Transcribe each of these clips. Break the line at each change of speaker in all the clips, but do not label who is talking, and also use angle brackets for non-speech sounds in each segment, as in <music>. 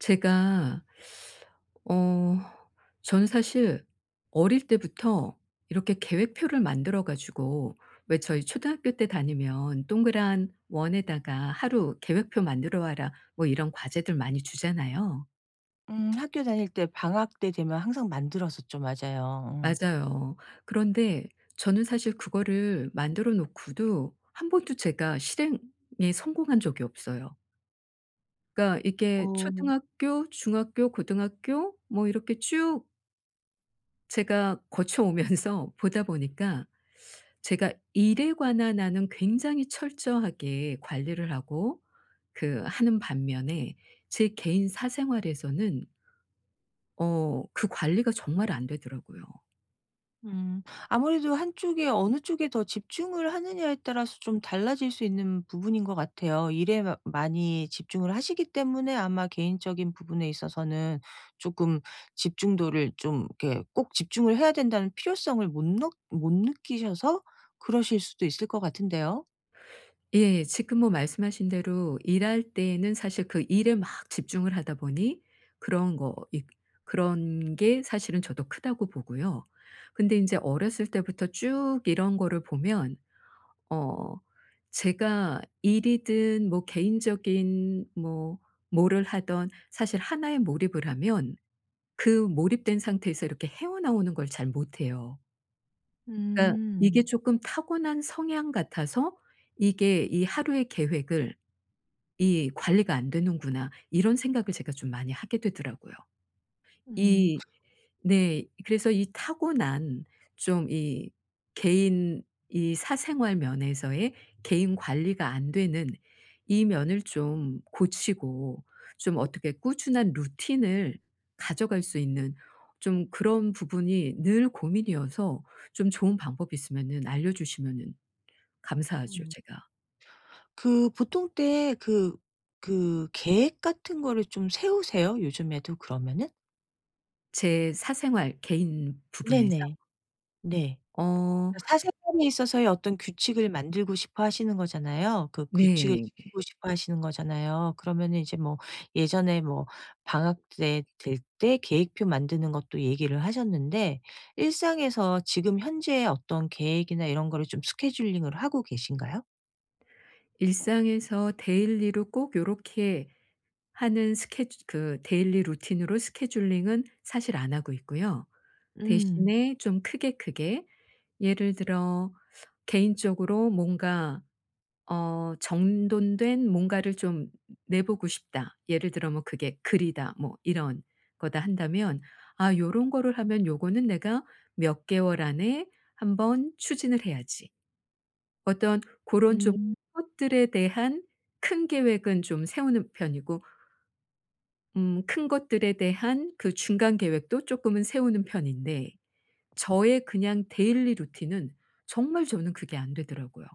제가 어 저는 사실 어릴 때부터 이렇게 계획표를 만들어 가지고, 왜 저희 초등학교 때 다니면 동그란 원에다가 "하루 계획표 만들어 와라." 뭐 이런 과제들 많이 주잖아요.
학교 다닐 때 방학 때 되면 항상 만들었었죠. 맞아요.
맞아요. 그런데 저는 사실 그거를 만들어 놓고도 한 번도 제가 실행에 성공한 적이 없어요. 그러니까 이게
어. 어.
초등학교, 중학교, 고등학교 뭐 이렇게 쭉 제가 거쳐오면서 <laughs> 보다 보니까, 제가 일에 관한 나는 굉장히 철저하게 관리를 하고 그 하는 반면에 제 개인 사생활에서는 그 관리가 정말 안 되더라고요.
음. 아무래도 한쪽에 어느 쪽에 더 집중을 하느냐에 따라서 좀 달라질 수 있는 부분인 것 같아요. 일에 마 많이 집중을 하시기 때문에 아마 개인적인 부분에 있어서는 조금 집중도를 좀 이렇게 꼭 집중을 해야 된다는 필요성을 못 느끼셔서 그러실 수도 있을 것 같은데요.
예. 지금 뭐 말씀하신 대로 일할 때에는 사실 그 일에 막 집중을 하다 보니 그런 거 이 그런 게 사실은 저도 크다고 보고요. 근데 이제 어렸을 때부터 쭉 이런 거를 보면 어 제가 일이든 뭐 개인적인 뭐 뭐를 하던 사실 하나에 몰입을 하면 그 몰입된 상태에서 이렇게 헤어나오는 걸 잘 못해요. 그러니까 이게
음.
조금 타고난 성향 같아서, '이게 이 하루의 계획을, 이 관리가 안 되는구나.' 이런 생각을 제가 좀 많이 하게 되더라고요.
음.
이 네. 그래서 이 타고난 좀 이 개인 이 사생활 면에서의 개인 관리가 안 되는 이 면을 좀 고치고, 좀 어떻게 꾸준한 루틴을 가져갈 수 있는 좀 그런 부분이 늘 고민이어서, 좀 좋은 방법 있으면은 알려주시면은 감사하죠, 제가.
그 보통 때 그 계획 같은 거를 좀 세우세요? 요즘에도 그러면은?
제 사생활 개인 부분에서.
네네. 네.
어
그 사생활에 있어서의 어떤 규칙을 만들고 싶어 하시는 거잖아요. 그 규칙을
네.
지키고 싶어 하시는 거잖아요. 그러면은 이제 뭐 예전에 뭐 방학 때 될 때 계획표 만드는 것도 얘기를 하셨는데 일상에서 지금 현재의 어떤 계획이나 이런 거를 좀 스케줄링을 하고 계신가요?
일상에서 데일리로 꼭 요렇게 하는 스케주 그 데일리 루틴으로 스케줄링은 사실 안 하고 있고요.
음.
대신에 좀 크게 크게, 예를 들어 개인적으로 뭔가 정돈된 뭔가를 좀 내보고 싶다, 예를 들어 뭐 그게 글이다 뭐 이런 거다 한다면, '아 요런 거를 하면 요거는 내가 몇 개월 안에 한번 추진을 해야지.' 어떤 고런 좀
음.
것들에 대한 큰 계획은 좀 세우는 편이고, 큰 것들에 대한 그 중간 계획도 조금은 세우는 편인데, 저의 그냥 데일리 루틴은 정말 저는 그게 안 되더라고요.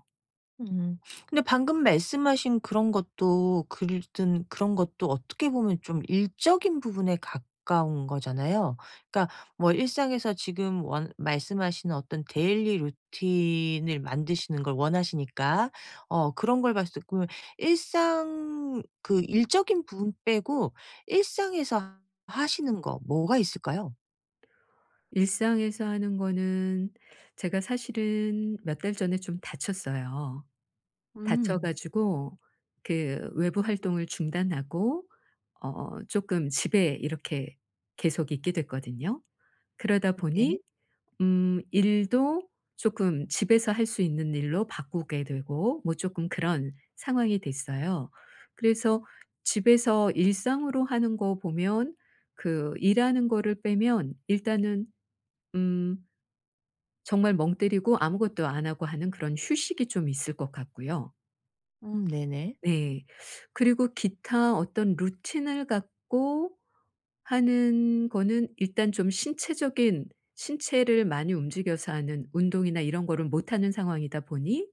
음. 근데 방금 말씀하신 그런 것도 글든 그런 것도 어떻게 보면 좀 일적인 부분에 가까운 거잖아요. 그러니까 뭐 일상에서 지금 원 말씀하시는 어떤 데일리 루틴을 만드시는 걸 원하시니까 어 그런 걸 봤을 때 그러면 일상 그 일적인 부분 빼고 일상에서 하시는 거 뭐가 있을까요?
일상에서 하는 거는, 제가 사실은 몇 달 전에 좀 다쳤어요. 다쳐
음.
가지고 그 외부 활동을 중단하고 어금 집에 이렇게 계속 있게 됐거든요. 그러다
네.
보니 일도 조금 집에서 할 수 있는 일로 바꾸게 되고 뭐 조금 그런 상황이 됐어요. 그래서 집에서 일상으로 하는 거 보면, 그 일하는 거를 빼면 일단은 음 정말 멍 때리고 아무것도 안 하고 하는 그런 휴식이 좀 있을 것 같고요.
네네.
네. 그리고 기타 어떤 루틴을 갖고 하는 거는, 일단 좀 신체적인 신체를 많이 움직여서 하는 운동이나 이런 거를 못 하는 상황이다 보니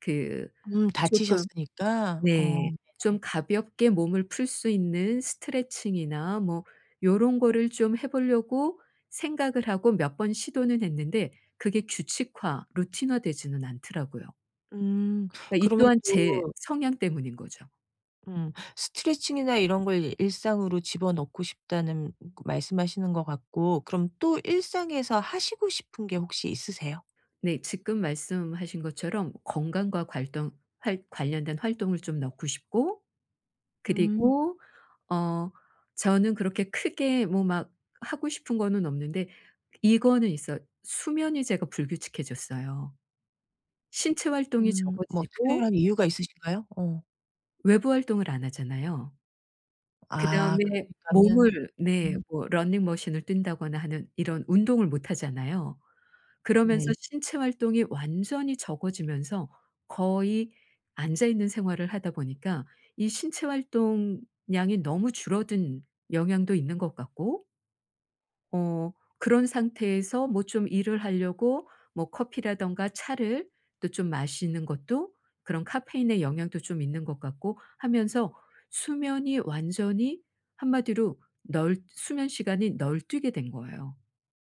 그 조금,
다치셨으니까. 어.
네, 좀 가볍게 몸을 풀 수 있는 스트레칭이나 뭐 요런 거를 좀 해 보려고 생각을 하고 몇 번 시도는 했는데, 그게 규칙화, 루틴화 되지는 않더라고요.
음.
그러니까 이
그러면
또한 제
또
성향 때문인 거죠.
음 스트레칭이나 이런 걸 일 일상으로 집어넣고 싶다는 그 말씀하시는 것 같고 그럼 또 일상에서 하시고 싶은 게 혹시 있으세요?
네. 지금 말씀하신 것처럼 건강과 괄동 활 관련된 활동을 좀 넣고 싶고,
음.
그리고 어 저는 그렇게 크게 뭐 막 하고 싶은 거는 없는데 이거는 있어요. 수면이 제가 불규칙해졌어요. 신체 활동이
음. 뭐
적어지고
특별한 이유가 있으신가요? 어.
외부 활동을 안 하잖아요.
아
그다음에
그러니까는
몸을, 네,
음
뭐 러닝머신을 뛴다거나 하는 이런 운동을 못 하잖아요. 그러면서
네.
신체 활동이 완전히 적어지면서 거의 앉아 있는 생활을 하다 보니까 이 신체 활동량이 너무 줄어든 영향도 있는 것 같고, 어 그런 상태에서 뭐 좀 일을 하려고 뭐 커피라든가 차를 또 좀 마시는 것도, 그런 카페인의 영향도 좀 있는 것 같고 하면서 수면이 완전히, 한마디로 널 수면 시간이 널뛰게 된 거예요.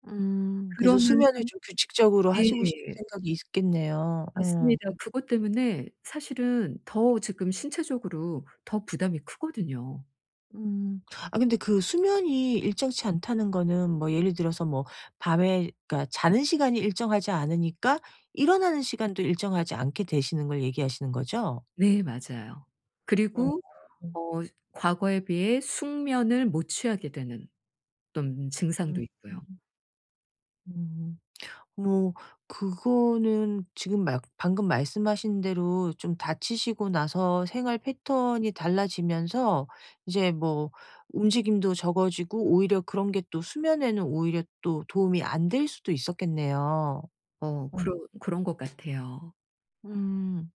음. 그래서 수면을
그러면서
좀 규칙적으로 하시고 싶은
네.
생각이 있겠네요. 어.
맞습니다. 그것 때문에 사실은 더 지금 신체적으로 더 부담이 크거든요.
음. 아 근데 그 수면이 일정치 않다는 거는 뭐 예를 들어서 뭐 밤에 그러니까 자는 시간이 일정하지 않으니까 일어나는 시간도 일정하지 않게 되시는 걸 얘기하시는 거죠?
네, 맞아요. 그리고
어.
어 과거에 비해 숙면을 못 취하게 되는 어떤
음.
증상도 있고요.
음. 뭐 그거는 지금 막 방금 말씀하신 대로 좀 다치시고 나서 생활 패턴이 달라지면서 이제 뭐 움직임도 적어지고 오히려 그런 게 또 수면에는 오히려 또 도움이 안 될 수도 있었겠네요.
그런 것 같아요.
음.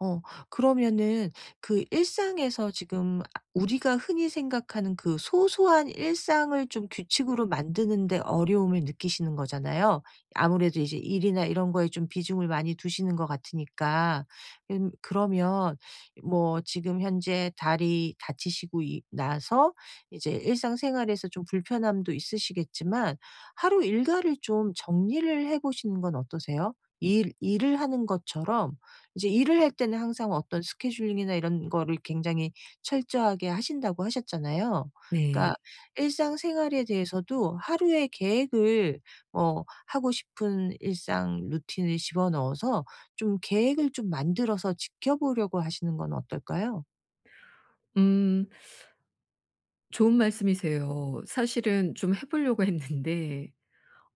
어 그러면은 그 일상에서 지금 아 우리가 흔히 생각하는 그 소소한 일상을 좀 규칙으로 만드는 데 어려움을 느끼시는 거잖아요. 아무래도 이제 일이나 이런 거에 좀 비중을 많이 두시는 것 같으니까. 그러면 뭐 지금 현재 다리 다치시고 이 나서 이제 일상생활에서 좀 불편함도 있으시겠지만 하루 일과를 좀 정리를 해 보시는 건 어떠세요? 일 일을 하는 것처럼 이제 일을 할 때는 항상 어떤 스케줄링이나 이런 거를 굉장히 철저하게 하신다고 하셨잖아요. 그러니까
네.
일상생활에 대해서도 하루의 계획을 뭐 하고 싶은 일상 루틴을 집어넣어서 좀 계획을 좀 만들어서 지켜보려고 하시는 건 어떨까요?
음 좋은 말씀이세요. 사실은 좀 해 보려고 했는데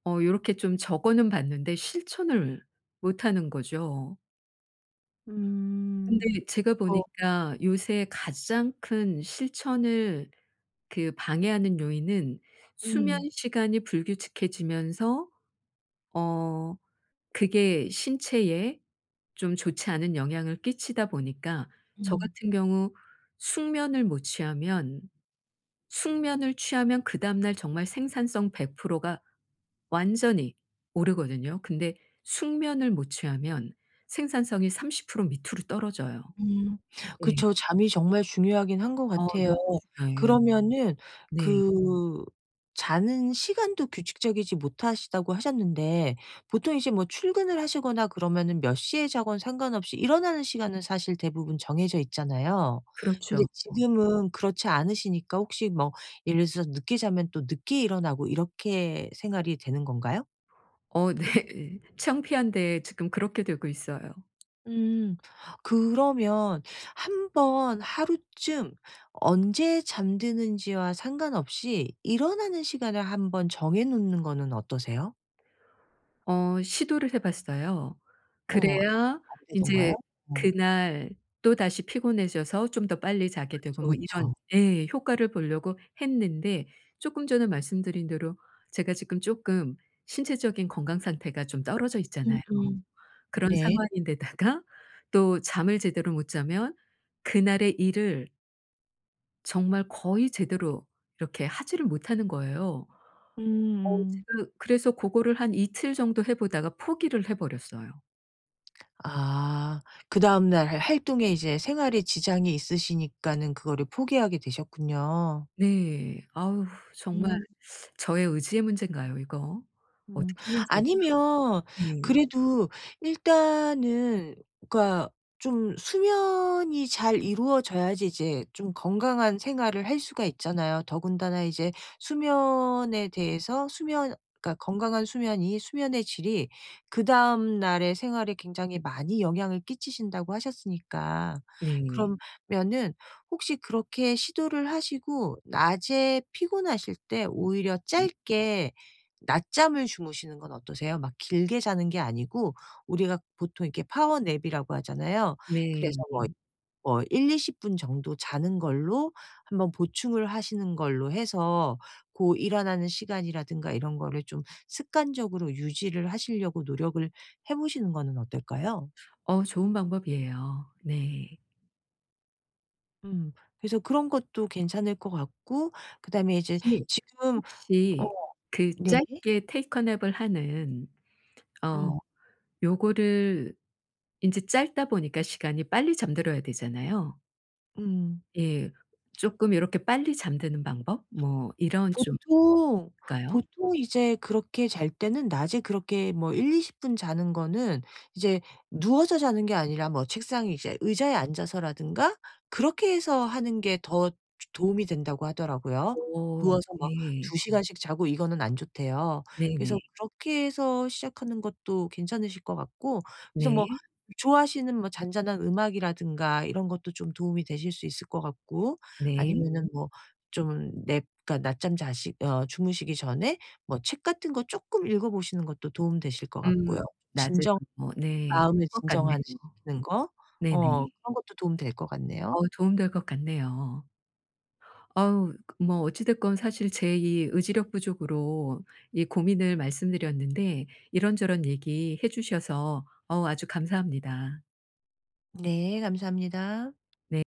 요렇게 좀 적어는 봤는데 실천을 못 하는 거죠.
음.
근데 제가
어
보니까 요새 가장 큰 실천을 그 방해하는 요인은 수면
음.
시간이 불규칙해지면서 어 그게 신체에 좀 좋지 않은 영향을 끼치다 보니까, 저
음.
같은 경우 숙면을 못 취하면, 숙면을 취하면 그다음 날 정말 생산성 100%가 완전히 오르거든요. 근데 숙면을 못 취하면 생산성이 30% 밑으로 떨어져요.
음.
네.
그쵸. 잠이 정말 중요하긴 한 것 같아요.
너무 중요해요.
그러면은
네.
그 자는 시간도 규칙적이지 못하시다고 하셨는데 보통 이제 뭐 출근을 하시거나 그러면은 몇 시에 자건 상관없이 일어나는 시간은 사실 대부분 정해져 있잖아요. 근데
그렇죠.
지금은 그렇지 않으시니까 혹시 뭐 예를 들어서 늦게 자면 또 늦게 일어나고 이렇게 생활이 되는 건가요?
네. <laughs> 창피한데 지금 그렇게 되고 있어요.
음. 그러면 한 번 하루쯤 언제 잠드는지와 상관없이 일어나는 시간을 한번 정해 놓는 거는 어떠세요?
시도를 해 봤어요.
어
그래야
안 되던가요?
인제
어
그날 또다시 피곤해져서 좀 더 빨리 자게 되고
그쵸,
뭐
그쵸.
이런, 예, 효과를 보려고 했는데, 쪼끔 전에 말씀드린 대로 제가 지금 쪼끔 신체적인 건강 상태가 좀 떨어져 있잖아요.
음음.
그런
네.
상황인데다가 또 잠을 제대로 못 자면 그날의 일을 정말 거의 제대로 이렇게 하지를 못하는 거예요.
음음.
제가 그래서 고거를 한 이틀 정도 해 보다가 포기를 해 버렸어요.
아 그다음 날 할 활동에 이제 생활에 지장이 있으시니까는 그거를 포기하게 되셨군요.
네. 아우 정말,
음.
저의 의지의 문제인가요, 이거?
음.
어떻게 하면 좋을.
아니면
네.
그래도 일단은 그러니까 좀 수면이 잘 이루어져야지 이제 좀 건강한 생활을 할 수가 있잖아요. 더군다나 이제 수면에 대해서 수면 그러니까 건강한 수면이 수면의 질이 그다음 날의 생활에 굉장히 많이 영향을 끼치신다고 하셨으니까.
네.
그러면은 혹시 그렇게 시도를 하시고 낮에 피곤하실 때 오히려
음,
짧게 낮잠을 주무시는 건 어떠세요? 막 길게 자는 게 아니고 우리가 보통 이렇게 파워 냅이라고 하잖아요. 그래서
네.
뭐 1-20분 정도 자는 걸로 한번 보충을 하시는 걸로 해서 고 일어나는 시간이라든가 이런 거를 좀 습관적으로 유지를 하시려고 노력을 해 보시는 거는 어떨까요?
좋은 방법이에요. 네.
음. 그래서 그런 것도 괜찮을 것 같고 그다음에 이제
혹시,
지금 어
혹시, 그
네.
짧게 테이크 냅을 하는,
음.
어 요거를 인제 짧다 보니까 시간이 빨리 잠들어야 되잖아요.
음.
예. 쪼끔 요렇게 빨리 잠드는 방법 뭐 이런 좀
보통,
있을까요?
보통 이제 그렇게 잘 때는 낮에 그렇게 뭐 1-20분 자는 거는 이제 누워서 자는 게 아니라 뭐 책상에 이제 의자에 앉아서라든가 그렇게 해서 하는 게 더 도움이 된다고 하더라고요.
어
누워서 막
네.
2시간 시간씩 자고 이거는 안 좋대요.
네네.
그래서 그렇게 해서 시작하는 것도 괜찮으실 것 같고 그래서 뭐
네.
좋아하시는 뭐 잔잔한 음악이라든가 이런 것도 좀 도움이 되실 수 있을 것 같고
네.
아니면은 뭐 좀 랩 그러니까 낮잠 자시 어 주무시기 전에 뭐 책 같은 거 조금 읽어 보시는 것도 도움 되실 것
음.
같고요.
낮에도
진정
뭐, 네, 그럴
마음을
것 같네요.
진정하는 거 어
네네.
그런 것도 도움 될 것 같네요.
도움될 것 같네요. 어우 그 뭐 어찌 됐건 사실 제 이 의지력 부족으로 이 고민을 말씀드렸는데 이런저런 얘기해 주셔서, 어우 아주 감사합니다.
네. 감사합니다.
네.